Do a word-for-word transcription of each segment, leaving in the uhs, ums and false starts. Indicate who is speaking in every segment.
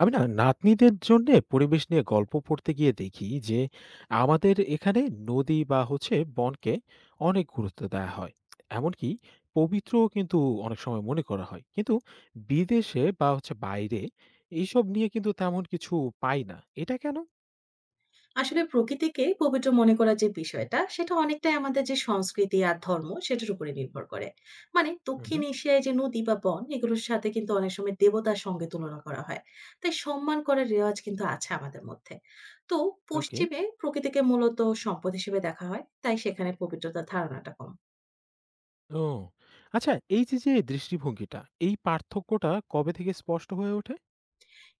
Speaker 1: আমি না নাতনিদের জন্যে পরিবেশ নিয়ে গল্প পড়তে গিয়ে দেখি যে আমাদের এখানে নদী বা হচ্ছে বনকে অনেক গুরুত্ব দেওয়া হয়, এমনকি পবিত্রও কিন্তু অনেক সময় মনে করা হয়, কিন্তু বিদেশে বা হচ্ছে বাইরে এইসব নিয়ে কিন্তু তেমন কিছু পাই না, এটা কেন?
Speaker 2: আসলে প্রকৃতিকে পবিত্র মনে করার যে বিষয়টা সেটা অনেকটাই আমাদের যে সংস্কৃতি আর ধর্ম সেটার উপরে নির্ভর করে। মানে
Speaker 1: হুম।
Speaker 2: দক্ষিণ এশিয়ায় যে নদী বা বন এগুলোর সাথে কিন্তু অনেক সময় দেবতার সঙ্গে তুলনা করা হয়। তাই সম্মান করার রেওয়াজ কিন্তু আছে আমাদের মধ্যে। তো
Speaker 1: ওকে।
Speaker 2: পশ্চিমে প্রকৃতিকে মূলত সম্পদ হিসেবে দেখা হয়, তাই সেখানে পবিত্রতার ধারণাটা কম।
Speaker 1: ও, আচ্ছা। এই যে যে দৃষ্টিভঙ্গিটা, এই পার্থক্যটা কবে থেকে স্পষ্ট হয়ে ওঠে?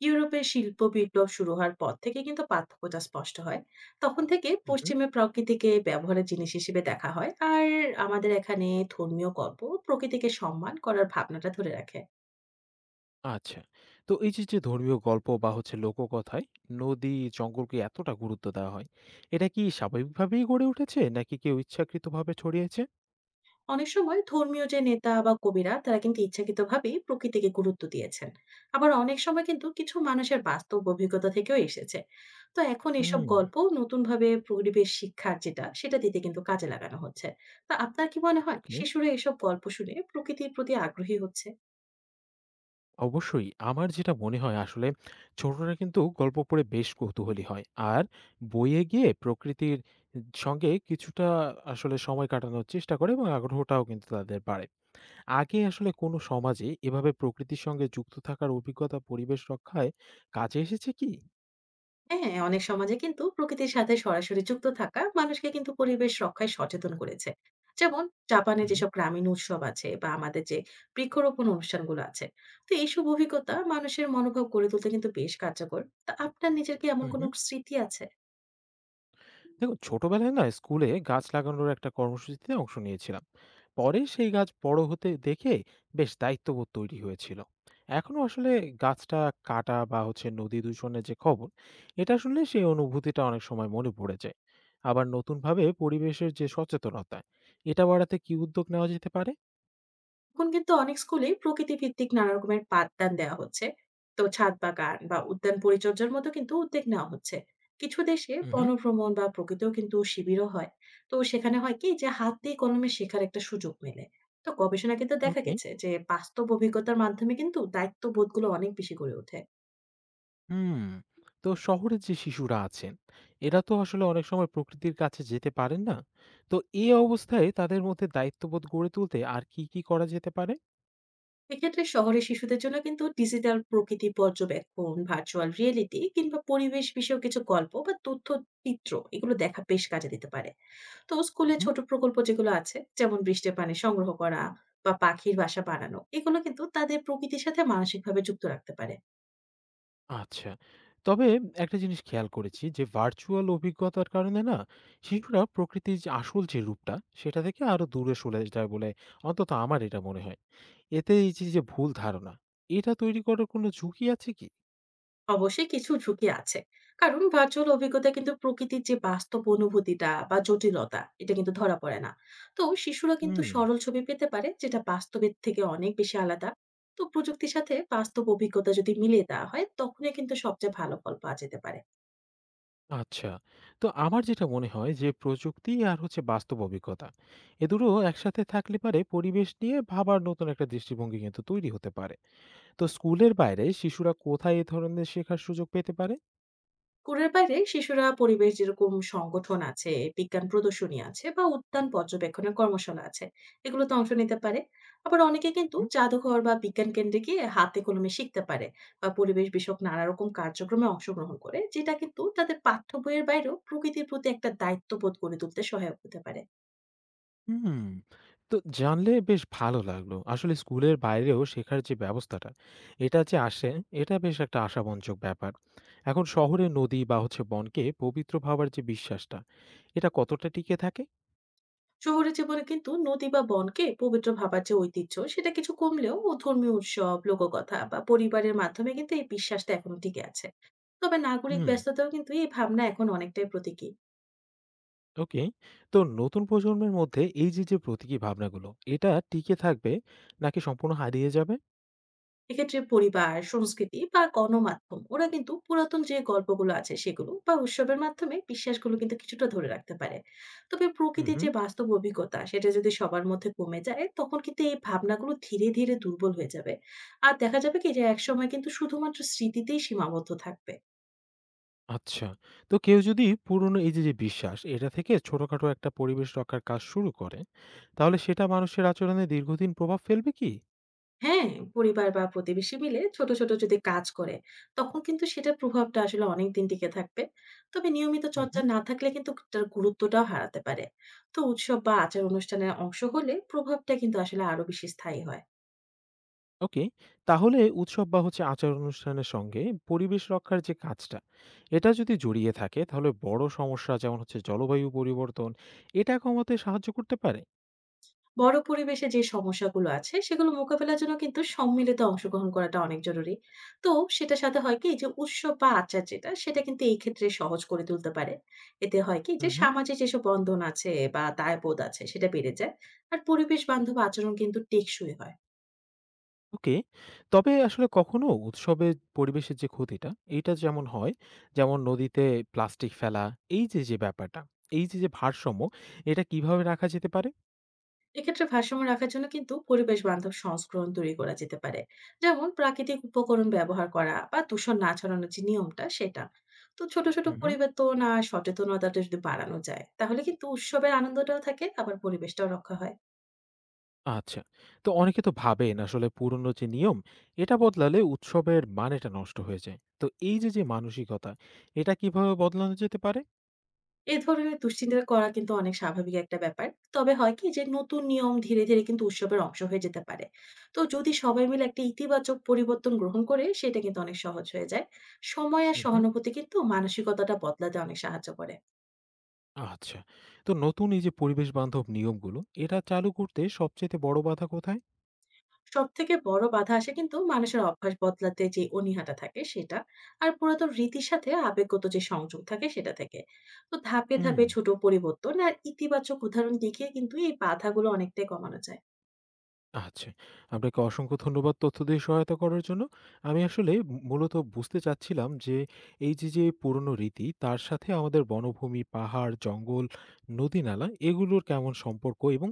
Speaker 2: ইউরোপে শিল্প বিপ্লব শুরু হওয়ার পর থেকে কিন্তু পার্থক্যটা স্পষ্ট হয়। তখন থেকে পশ্চিমে প্রকৃতিকে ব্যবহারের জিনিস হিসেবে দেখা হয়, আর আমাদের এখানে ধর্মীয় গল্প প্রকৃতিকে সম্মান করার ভাবনাটা ধরে রাখে।
Speaker 1: আচ্ছা। তো এই যে, যে ধর্মীয় গল্প বা হচ্ছে লোককথায় নদী, জঙ্গলকে এতটা গুরুত্ব দেওয়া হয়, এটা কি স্বাভাবিকভাবেই গড়ে উঠেছে নাকি কেউ ইচ্ছাকৃতভাবে ছড়িয়েছে?
Speaker 2: অনেক সময় ধর্মীয় যে নেতা বা কবিরা তারা কিন্তু ইচ্ছাকৃতভাবেই প্রকৃতিকে গুরুত্ব দিয়েছেন। আবার অনেক সময় কিন্তু কিছু মানুষের বাস্তব অভিজ্ঞতা থেকেও এসেছে। তো এখন এসব
Speaker 1: হুম।
Speaker 2: গল্প নতুনভাবে পরিবেশ শিক্ষার যেটা সেটা দিতে কিন্তু কাজে লাগানো হচ্ছে। তা আপনার কি মনে হয়,
Speaker 1: ওকে,
Speaker 2: শিশুরা এসব গল্প শুনে প্রকৃতির প্রতি আগ্রহী হচ্ছে?
Speaker 1: অবশ্যই। আমার যেটা মনে হয় আসলে ছোটরা কিন্তু গল্প পড়ে বেশ কৌতূহলী হয়। আর বইয়ে গিয়ে প্রকৃতির সঙ্গে কিছুটা আসলে সময় কাটানোর চেষ্টা করে এবং আগ্রহটাও কিন্তু তাদের বাড়ে। আগে আসলে কোনো সমাজে এভাবে প্রকৃতির সঙ্গে যুক্ত থাকার অভিজ্ঞতা পরিবেশ রক্ষায় কাজে এসেছে কি?
Speaker 2: হ্যাঁ, অনেক সমাজে কিন্তু প্রকৃতির সাথে সরাসরি যুক্ত থাকা মানুষকে কিন্তু পরিবেশ রক্ষায় সচেতন করেছে। যেমন জাপানে যেসব গ্রামীণ উৎসব আছে বা আমাদের যে বৃক্ষরোপণ অনুষ্ঠানগুলো আছে, তো এইসব অভিজ্ঞতা মানুষের মনোভাব গড়ে তুলতে কিন্তু বেশ কার্যকর। তা আপনার নিজের কি এমন
Speaker 1: হুম,
Speaker 2: কোনো
Speaker 1: হুম।
Speaker 2: স্মৃতি আছে?
Speaker 1: দেখুন ছোটবেলায় না স্কুলে গাছ লাগানোর একটা কর্মসূচিতে অংশ নিয়েছিলাম। পরে সেই গাছ বড় হতে দেখে বেশ দায়িত্ববোধ তৈরি হয়েছিল। এখনো আসলে গাছটা কাটা বা হচ্ছে নদী দূষণের যে খবর এটা শুনলে সেই অনুভূতিটা অনেক সময় মনে পড়ে যায়। আবার নতুনভাবে পরিবেশের যে সচেতনতা এটা বাড়াতে কি উদ্যোগ নেওয়া যেতে পারে?
Speaker 2: এখন কিন্তু অনেক স্কুলেই প্রকৃতি ভিত্তিক নানা রকমের পাঠদান দেওয়া হচ্ছে। তো ছাদ বাগান বা উদ্যান পরিচর্যার মতো কিন্তু উদ্যোগ নেওয়া হচ্ছে। কিছু দেশে
Speaker 1: হুম, হুম।
Speaker 2: বনভ্রমণ বা প্রকৃতিও কিন্তু শিবিরও হয়। তো সেখানে হয় কি, যে হাত দিয়ে কলমে শেখার একটা সুযোগ মেলে। তো গবেষণা কিন্তু দেখা
Speaker 1: ওকে।
Speaker 2: গেছে যে বাস্তব অভিজ্ঞতার মাধ্যমে কিন্তু দায়িত্ববোধগুলো অনেক বেশি গড়ে ওঠে।
Speaker 1: হুম। তো শহরের যে শিশুরা আছেন, এরা তো আসলে অনেক সময় প্রকৃতির কাছে যেতে পারেন না। তো এই অবস্থায় তাদের মধ্যে দায়িত্ববোধ গড়ে তুলতে আর কি, কি করা যেতে পারে?
Speaker 2: এক্ষেত্রে শহরের শিশুদের জন্য কিন্তু ডিজিটাল প্রকৃতি পর্যবেক্ষণ, ভার্চুয়াল রিয়েলিটি কিংবা পরিবেশ বিষয়ক কিছু গল্প বা তথ্য চিত্র এগুলো দেখা বেশ কাজে দিতে পারে। তো স্কুলে
Speaker 1: উহুম।
Speaker 2: ছোট প্রকল্প যেগুলো আছে, যেমন বৃষ্টির পানি সংগ্রহ করা বা পাখির বাসা বানানো, এগুলো কিন্তু তাদের প্রকৃতির সাথে মানসিকভাবে যুক্ত রাখতে পারে।
Speaker 1: আচ্ছা। তবে একটা জিনিস খেয়াল করেছি যে ভার্চুয়াল অভিজ্ঞতার কারণে না শিশুরা প্রকৃতির যে আসল যে রূপটা সেটা থেকে আরো দূরে সরে যায় বলে অন্তত আমার এটা মনে হয়। এতে এই যে, যে ভুল ধারণা, এটা তৈরি করার কোনো ঝুঁকি আছে কি?
Speaker 2: অবশ্যই কিছু ঝুঁকি আছে। কারণ ভার্চুয়াল অভিজ্ঞতা কিন্তু প্রকৃতির যে বাস্তব অনুভূতিটা বা জটিলতা এটা কিন্তু ধরা পড়ে না। তো শিশুরা কিন্তু
Speaker 1: হুম।
Speaker 2: সরল ছবি পেতে পারে যেটা বাস্তবের থেকে অনেক বেশি আলাদা। তো প্রযুক্তির সাথে বাস্তব অভিজ্ঞতা যদি মিলিয়ে দেওয়া হয় তখনই কিন্তু সবচেয়ে ভালো ফল পাওয়া যেতে পারে।
Speaker 1: আচ্ছা। তো আমার যেটা মনে হয় যে প্রযুক্তি আর হচ্ছে বাস্তব অভিজ্ঞতা। এ দুটো একসাথে থাকলে পারে পরিবেশ নিয়ে ভাবার নতুন একটা দৃষ্টিভঙ্গি কিন্তু তৈরি হতে পারে। তো স্কুলের বাইরে শিশুরা কোথায় এ ধরনের শেখার সুযোগ পেতে পারে?
Speaker 2: স্কুলের বাইরে শিশুরা পরিবেশ যেরকম সংগঠন আছে, বিজ্ঞান প্রদর্শনী আছে বা উদ্যান পর্যবেক্ষণের কর্মশালা আছে, এগুলোতে অংশ নিতে পারে। আবার অনেকে কিন্তু জাদুঘর বা বিজ্ঞান কেন্দ্রে গিয়ে হাতে কলমে শিখতে পারে বা পরিবেশ বিষয়ক নানা রকম কার্যক্রমে অংশগ্রহণ করে, যেটা কিন্তু তাদের পাঠ্য বইয়ের বাইরেও প্রকৃতির প্রতি একটা দায়িত্ববোধ গড়ে তুলতে সহায়ক হতে পারে।
Speaker 1: হুম, হুম। তো জানলে বেশ ভালো লাগলো। আসলে স্কুলের বাইরেও শেখার যে ব্যবস্থাটা, এটা যে আসে এটা বেশ একটা আশাবঞ্জক ব্যাপার। এখন শহরে নদী বা হচ্ছে বনকে পবিত্র ভাবার যে বিশ্বাসটা, এটা কতটা টিকে থাকে?
Speaker 2: শহুরে জীবনে কিন্তু নদী বা বনকে পবিত্র ভাবার যে ঐতিহ্য সেটা কিছু কমলেও ও ধর্মীয় উৎসব, লোককথা বা পরিবারের মাধ্যমে কিন্তু এই বিশ্বাসটা এখনো টিকে আছে। তবে নাগরিক
Speaker 1: হুম।
Speaker 2: ব্যস্ততাও কিন্তু এই ভাবনা এখন অনেকটাই প্রতীকী।
Speaker 1: ওকে। তো নতুন প্রজন্মের মধ্যে এই যে, যে প্রতীকী ভাবনাগুলো, এটা টিকে থাকবে নাকি সম্পূর্ণ হারিয়ে যাবে?
Speaker 2: এক্ষেত্রে পরিবার, সংস্কৃতি বা গণমাধ্যম ওরা কিন্তু পুরাতন যে গল্পগুলো আছে সেগুলো বা উৎসবের মাধ্যমে বিশ্বাসগুলো কিন্তু কিছুটা ধরে রাখতে পারে। তবে
Speaker 1: হুম,
Speaker 2: প্রকৃতির যে
Speaker 1: হুম।
Speaker 2: বাস্তব অভিজ্ঞতা সেটা যদি সবার মধ্যে কমে যায়, তখন কিন্তু এই ভাবনাগুলো ধীরে ধীরে দুর্বল হয়ে যাবে। আর দেখা যাবে কি যে একসময় কিন্তু শুধুমাত্র স্মৃতিতেই সীমাবদ্ধ থাকবে।
Speaker 1: আচ্ছা। তো কেউ যদি পুরনো এই যে, যে বিশ্বাস, এটা থেকে ছোটখাটো একটা পরিবেশ রক্ষার কাজ শুরু করে, তাহলে সেটা মানুষের আচরণে দীর্ঘদিন প্রভাব ফেলবে কি?
Speaker 2: হ্যাঁ, পরিবার বা প্রতিবেশী মিলে ছোট, ছোট যদি কাজ করে, তখন কিন্তু সেটার প্রভাবটা আসলে অনেকদিন টিকে থাকবে। তবে নিয়মিত
Speaker 1: হুম,
Speaker 2: চর্চা
Speaker 1: হুম।
Speaker 2: না থাকলে কিন্তু তার গুরুত্বটাও হারাতে পারে। তো উৎসব বা আচার অনুষ্ঠানে অংশ হলে প্রভাবটা কিন্তু আসলে আরো বেশি স্থায়ী হয়।
Speaker 1: ওকে। তাহলে উৎসব বা হচ্ছে আচার অনুষ্ঠানের সঙ্গে পরিবেশ রক্ষার যে কাজটা, এটা যদি জড়িয়ে থাকে তাহলে বড় সমস্যা যেমন হচ্ছে জলবায়ু পরিবর্তন, এটা কমাতে সাহায্য করতে পারে?
Speaker 2: বড় পরিবেশে যে সমস্যাগুলো আছে সেগুলো মোকাবেলার জন্য কিন্তু সম্মিলিত অংশগ্রহণ করাটা অনেক জরুরি। তো সেটার সাথে হয় কি, যে উৎসব বা আচার যেটা সেটা কিন্তু এই ক্ষেত্রে সহজ করে তুলতে পারে। এতে হয় কি, যে
Speaker 1: হুম, হুম।
Speaker 2: সামাজিক যেসব বন্ধন আছে বা দায়বোধ আছে সেটা বেড়ে যায়। আর পরিবেশ বান্ধব আচরণ কিন্তু টেকসই হয়।
Speaker 1: ওকে। তবে আসলে কখনো উৎসবের পরিবেশের যে ক্ষতিটা, এইটা যেমন হয়, যেমন নদীতে প্লাস্টিক ফেলা, এই যে, যে, ব্যাপারটা, এই যে, যে, ভারসাম্য, এটা কিভাবে রাখা যেতে পারে?
Speaker 2: এক্ষেত্রে ভারসাম্য রাখার জন্য কিন্তু পরিবেশ বান্ধব সংস্করণ তৈরি করা যেতে পারে। যেমন প্রাকৃতিক উপকরণ ব্যবহার করা বা দূষণ না ছড়ানোর যে নিয়মটা সেটা। তো ছোট ছোট
Speaker 1: হুম, হুম।
Speaker 2: পরিবর্তন আর সচেতনতাটা যদি বাড়ানো যায় তাহলে কিন্তু উৎসবের আনন্দটাও থাকে, আবার পরিবেশটাও রক্ষা হয়।
Speaker 1: আচ্ছা। তো অনেকে তো ভাবেন আসলে পুরনো যে, নিয়ম, এটা বদলালে উৎসবের মানেটা নষ্ট হয়ে যায়। তো এই যে, যে, মানসিকতা, এটা কিভাবে বদলানো যেতে পারে?
Speaker 2: এই ধরনের দুশ্চিন্তা করা কিন্তু অনেক স্বাভাবিক একটা ব্যাপার। তবে হয় কি, যে নতুন নিয়ম ধীরে ধীরে কিন্তু উৎসবের অংশ হয়ে যেতে পারে। তো যদি সবাই মিলে একটা ইতিবাচক পরিবর্তন গ্রহণ করে, সেটা কিন্তু অনেক সহজ হয়ে যায়। সময় আর
Speaker 1: হুম, হুম।
Speaker 2: সহানুভূতি কিন্তু মানসিকতাটা বদলাতে অনেক সাহায্য করে।
Speaker 1: আচ্ছা। তো নতুন এই যে, পরিবেশ বান্ধব নিয়মগুলো, এটা চালু করতে সবচাইতে বড় বাধা কোথায়?
Speaker 2: সবথেকে বড় বাধা আসে কিন্তু মানুষের অভ্যাস বদলাতে যে অনীহাটা থাকে সেটা। আর পুরাতন রীতির সাথে আবেগগত যে সংযোগ থাকে সেটা থেকে। তো ধাপে
Speaker 1: হুম।
Speaker 2: ধাপে ছোট পরিবর্তন আর ইতিবাচক উদাহরণ দেখিয়ে কিন্তু এই বাধাগুলো অনেকটাই কমানো যায়।
Speaker 1: আচ্ছা। আপনাকে অসংখ্য ধন্যবাদ তথ্য দিয়ে সহায়তা করার জন্য। আমি আসলে মূ মূলত বুঝতে চাচ্ছিলাম যে, এই যে, যে, পুরনো রীতি তার সাথে আমাদের বনভূমি, পাহাড়, জঙ্গল, নদী-নালা এগুলোর কেমন সম্পর্ক এবং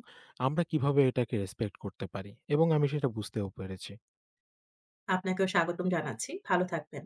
Speaker 1: আমরা কিভাবে এটাকে রেসপেক্ট করতে পারি, এবং আমি সেটা বুঝতেও পেরেছি।
Speaker 2: আপনাকেও স্বাগতম জানাচ্ছি। ভালো থাকবেন।